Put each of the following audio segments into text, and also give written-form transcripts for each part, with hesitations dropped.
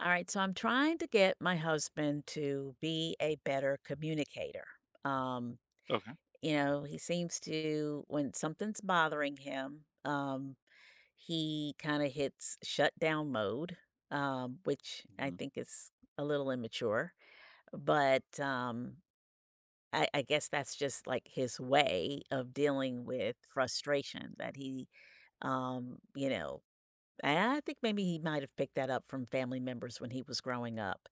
All right, so I'm trying to get my husband to be a better communicator. Um, Okay. He seems to, when something's bothering him, he kind of hits shutdown mode, which I Mhm. think is a little immature, but I guess that's just like his way of dealing with frustration that um, you know, and I think maybe he might have picked that up from family members when he was growing up,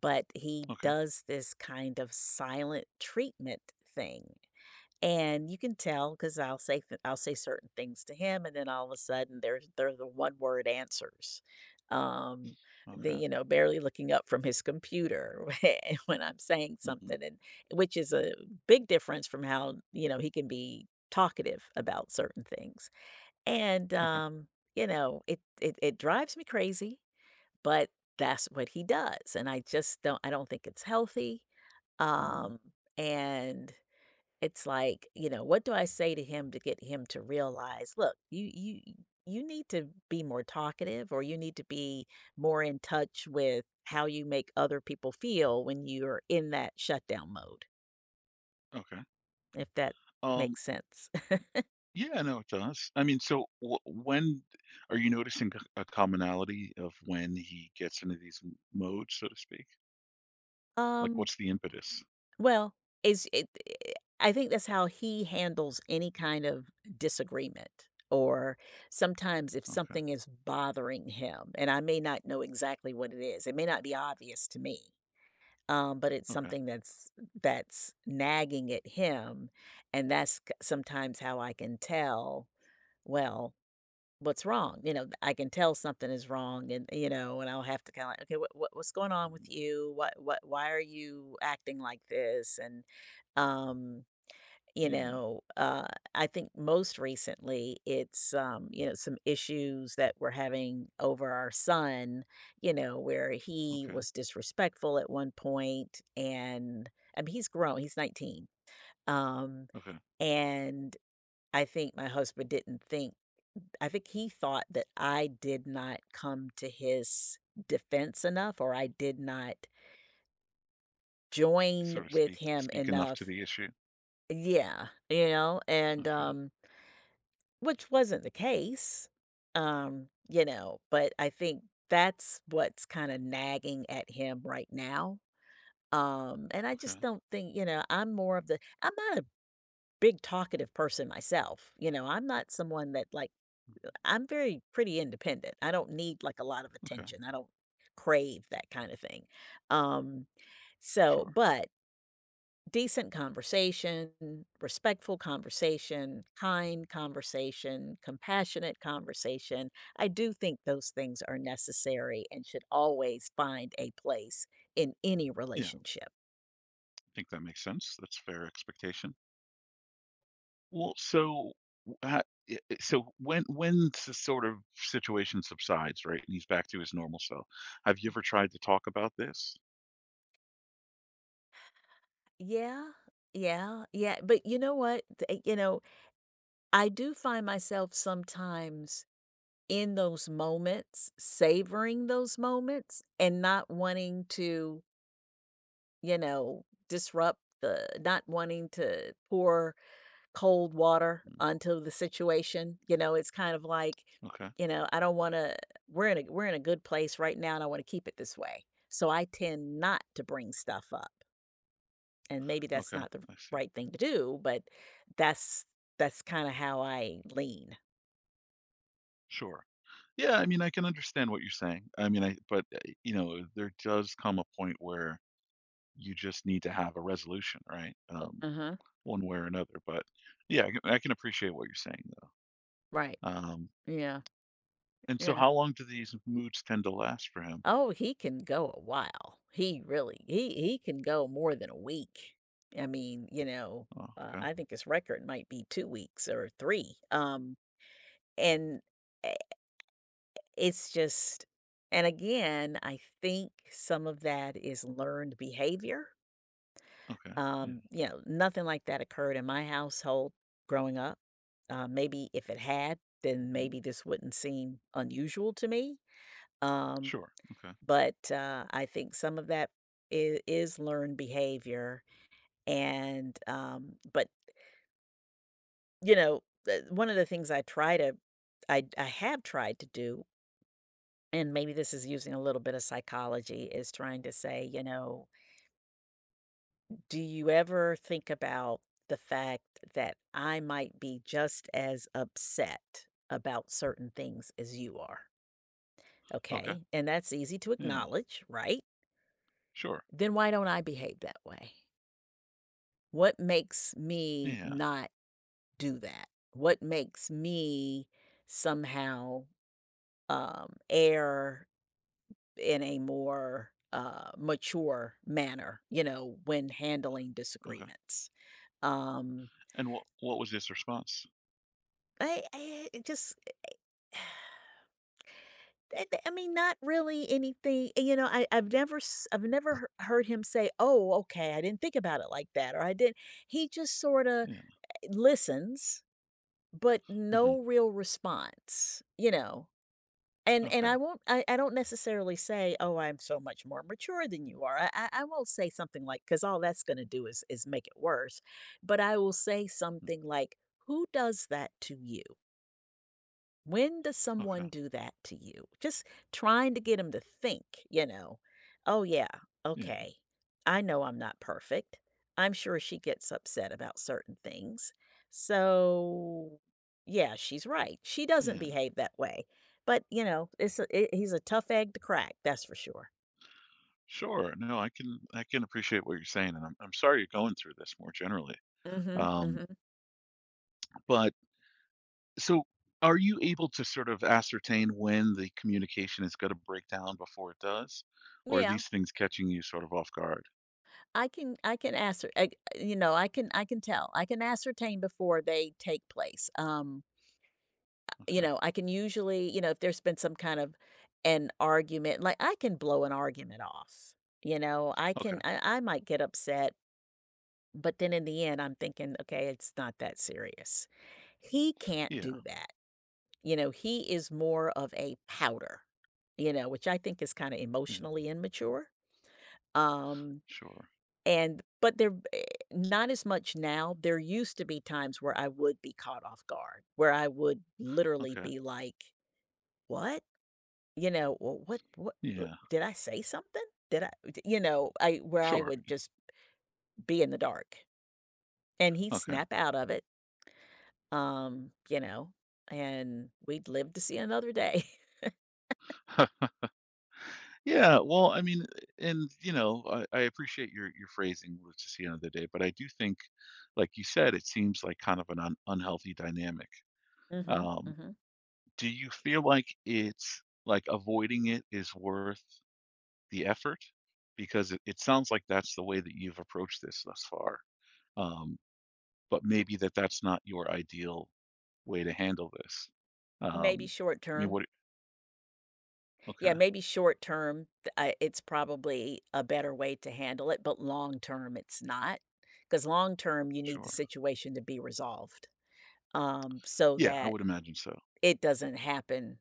but he Okay. does this kind of silent treatment thing. And you can tell because I'll say certain things to him, and then all of a sudden there's they're the one word answers. Um, the Okay. you know barely looking up from his computer when I'm saying Mhm. something, and which is a big difference from how he can be talkative about certain things. And, Okay. um, you know, it it it drives me crazy, but that's what he does, and I don't think it's healthy, Mm. um, and it's like, you know, what do I say to him to get him to realize, "Look, you need to be more talkative, or you need to be more in touch with how you make other people feel when you're in that shutdown mode," Okay. if that Um, makes sense. yeah, no, it does. I mean, so wh when are you noticing c a commonality of when he gets into these m modes, so to speak? Like, Um what's the impetus? Well, is it eh I think that's how he handles any kind of disagreement, or sometimes if Okay. something is bothering him, and I may not know exactly what it is, it may not be obvious to me, but it's Okay. something that's nagging at him, and that's k sometimes how I can tell, well, what's wrong. You know, I can tell something is wrong, and you know, and I'll have to kind of like, okay, what, what's going on with Mhm. you? What why are you acting like this? And um, you Yeah. know, uh I think most recently it's some issues that we're having over our son, you know, where he Okay. was disrespectful at one point. And I mean, he's grown, he's 19. Um Okay. and I think my husband didn't think I think he thought that I did not come to his defense enough, or I did not You join sort of with speak him speak enough to enough. the issue. Yeah, you know, and Okay. um which wasn't the case. But I think that's what's kind of nagging at him right now. And I Okay. just don't think, you know, I'm more of the I'm not a big talkative person myself. You know, I'm not someone that like Mhm. I'm very pretty independent. I don't need like a lot of Okay. attention. I don't crave that kind of thing. Um, Sure. but decent conversation, respectful conversation, kind conversation, compassionate conversation. I do think those things are necessary and should always find a place in any Yeah. I relationship. think that makes sense. That's fair expectation. Well, so, w ha I so when the sort of situation subsides, right, and he's back to his normal self, have you Mhm. ever tried to talk about this? Yeah. Yeah. Yeah. But you know what? I do find myself sometimes in those moments, savoring those moments and not wanting to, you know, disrupt the not wanting to pour cold water Mm, onto the situation. You know, it's kind of like, okay, you know, I don't want to we're in a good place right now, and I want to keep it this way. So I tend not to bring stuff up. And maybe that's okay, not the I see. right thing to do, but that's that's kind of how I lean. Sure. Yeah, I mean, I can understand what you're saying. I mean, I but, there does come a point where you just need to have a resolution, right? Uh-huh. One way or another, but, yeah, I can appreciate what you're saying, though. Right. Um, Yeah. and so Yeah. how long do these moods tend to last for him? Oh, he can go a while. He really he can go more than a week. I mean, you know, Oh, okay, I think his record might be 2 weeks or 3. And eh, it's just and again, I think some of that is learned behavior. okay, yeah. You know, nothing like that occurred in my household growing up. Maybe if it had, then Mhm. maybe this wouldn't seem unusual to me. Um, Sure. Okay. I think some of that is learned behavior, and you know, the one of the things I I have tried to do, and maybe this is using a little bit of psychology, is trying to say, you know, "Do you ever think about the fact that I might be just as upset about certain things as you are?" Okay. Okay, and that's easy to Yeah. acknowledge, right? Sure. Then why don't I behave that way? What makes me Yeah. not do that? What makes me somehow err in a more mature manner, you know, when handling Okay. disagreements? Um, And what was his response? I it just, I mean, not really anything. You know, I've never heard him say, "Oh, okay, I didn't think about it like that," or "I did." He just sort of Yeah. listens, but Hmm. no real response, you know? And Okay. I won't I don't necessarily say, oh, I'm so much more mature than you are. I won't say something like, because all that's gonna do is make it worse. But I will say Mhm. something like, who does that to you? When does someone Okay. do that to you? Just trying to get 'em to think, you know, "Oh, yeah, Yeah. okay. I know I'm not perfect. I'm sure she gets upset about certain things. So, yeah, she's right. She doesn't Yeah. behave that way." But, you know, it's a I he's a tough egg to crack, that's for sure. Sure. No, I can appreciate what you're saying, and I'm sorry you're going through this more generally. Mhm, Um, mhm. but so are you able to sort of ascertain when the communication is going to break down before it does, or are Yeah, these things catching you sort of off guard? I you know, I can tell. I can ascertain before they take place. You Okay. know, I can usually you know, if there's been some kind of an argument like, I can blow an argument off, you know? I Okay. can I I might get upset, but then in the end, I'm thinking, "Okay, it's not that serious." He can't Yeah. do that. You know, he is more of a powder. You know, which I think is kinda Yeah. emotionally immature, um, Sure. and but there eh, not as much now. There used to be times where I would be caught off guard, where I would literally Okay. be like, "What?" You know, "Well, what Yeah. did I say something? Did I" I where I Sure. would just be in the dark, and he'd Okay. snap out of it, um, you know, and we'd live to see another day. Yeah, well, I mean, and, I appreciate your phrasing, "We'll just see another day," but I do think, like you said, it seems like kind of an un unhealthy dynamic. Mhm, Um, mhm. do you feel like it's like, avoiding it is worth the effort? Because it sounds like that's the way that you've approached this thus far, um, but maybe that's not your ideal way to handle this. Maybe Um, short I mean, term. what. Okay, Yeah, maybe short term, th I it's probably a better way to handle it, but long term, it's not. Because long term, you need the sure. situation to be resolved, so Yeah, I that would imagine so. it doesn't happen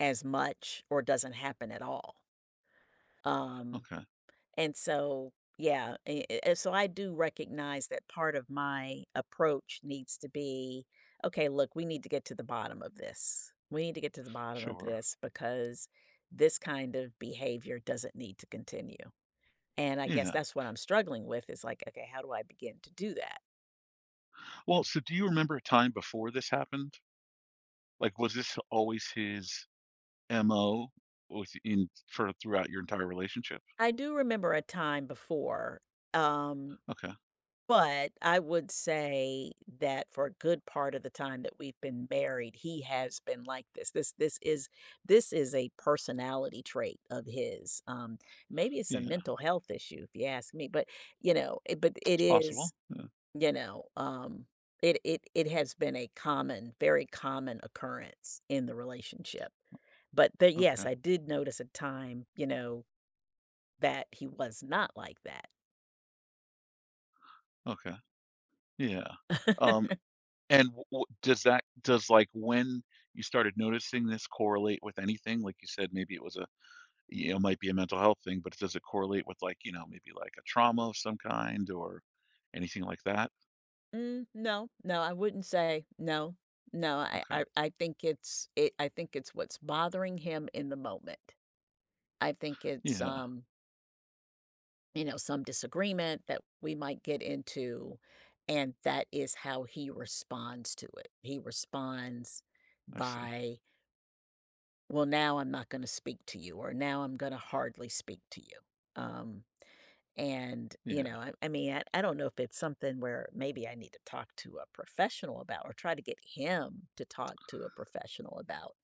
as much or doesn't happen at all. Um, Okay, yeah, and so I do recognize that part of my approach needs to be, okay, look, we need to get to the bottom of this. We need to get to the bottom of sure. this because this kind of behavior doesn't need to continue. And I guess Yeah. that's what I'm struggling with is like, okay, how do I begin to do that? Well, so do you remember a time before this happened? Like, was this always his MO within for throughout your entire relationship? I do remember a time before. Um, Okay. But I would say that for a good part of the time that we've been married, he has been like this. This is a personality trait of his. Maybe it's a Yeah. mental health issue if you ask me, but you know, it It's possible. is, Yeah. you know, it has been a common, very common occurrence in the relationship. But there, yes, Okay. I did notice a time, you know, that he was not like Okay. Yeah. that. Um, and w w does like, when you started noticing this correlate with anything? Like you said, maybe it was a might be a mental health thing, but does it correlate with, like, maybe like a trauma of some kind or anything like that? Mm, no, no, I wouldn't say no. No, Okay. I think it's it I think it's what's bothering him in the moment. I think it's Yeah. You know, some disagreement that we might get into, and that is how he responds to it. He responds I see. by, well, now I'm not gonna speak to you, or now I'm gonna hardly speak to you. Um, you Yeah. know, I don't know if it's something where maybe I need to talk to a professional about, or try to get him to talk to a professional about.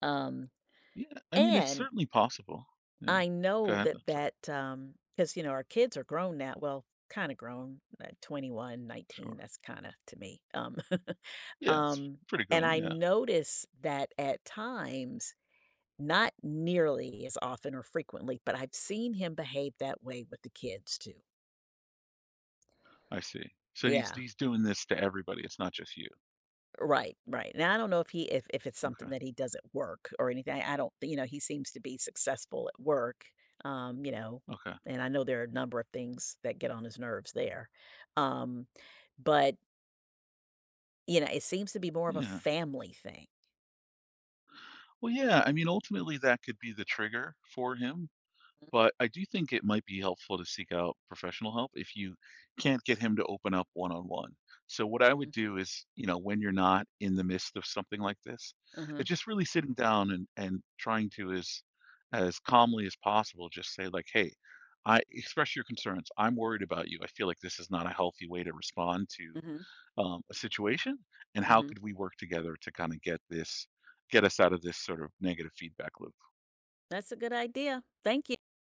Um, Yeah, I mean, it's and certainly possible. Yeah. I Go know ahead. I'm that sorry. Because, you know, our kids are grown now, well, kind of grown, 21, 19, Sure. that's kind of to me. Yeah, it's um, pretty and grown. I Yeah, notice that at times, not nearly as often or frequently, but I've seen him behave that way with the kids too. I see. So he's Yeah. he's doing this to everybody. It's not just you. Right, right. And I don't know if he if it's Okay. something that he does at work or anything. I don't, you know, he seems to be successful at work, you know, Okay. and I know there are a number of things that get on his nerves there. Um, but you know, it seems to be more of a Yeah. family thing. Well, yeah. I mean, ultimately, that could be the trigger for him. But I do think it might be helpful to seek out professional help if you can't get him to open up one-on-one. So what I would Mhm. do is, when you're not in the midst of something like this, Uh-huh. it's just really sitting down and trying to as calmly as possible just say like, "Hey, I express your concerns. I'm worried about you. I feel like this is not a healthy way to respond to Mhm. A situation. And how Mhm. could we work together to kind of get us out of this sort of negative feedback loop?" That's a good idea. Thank you.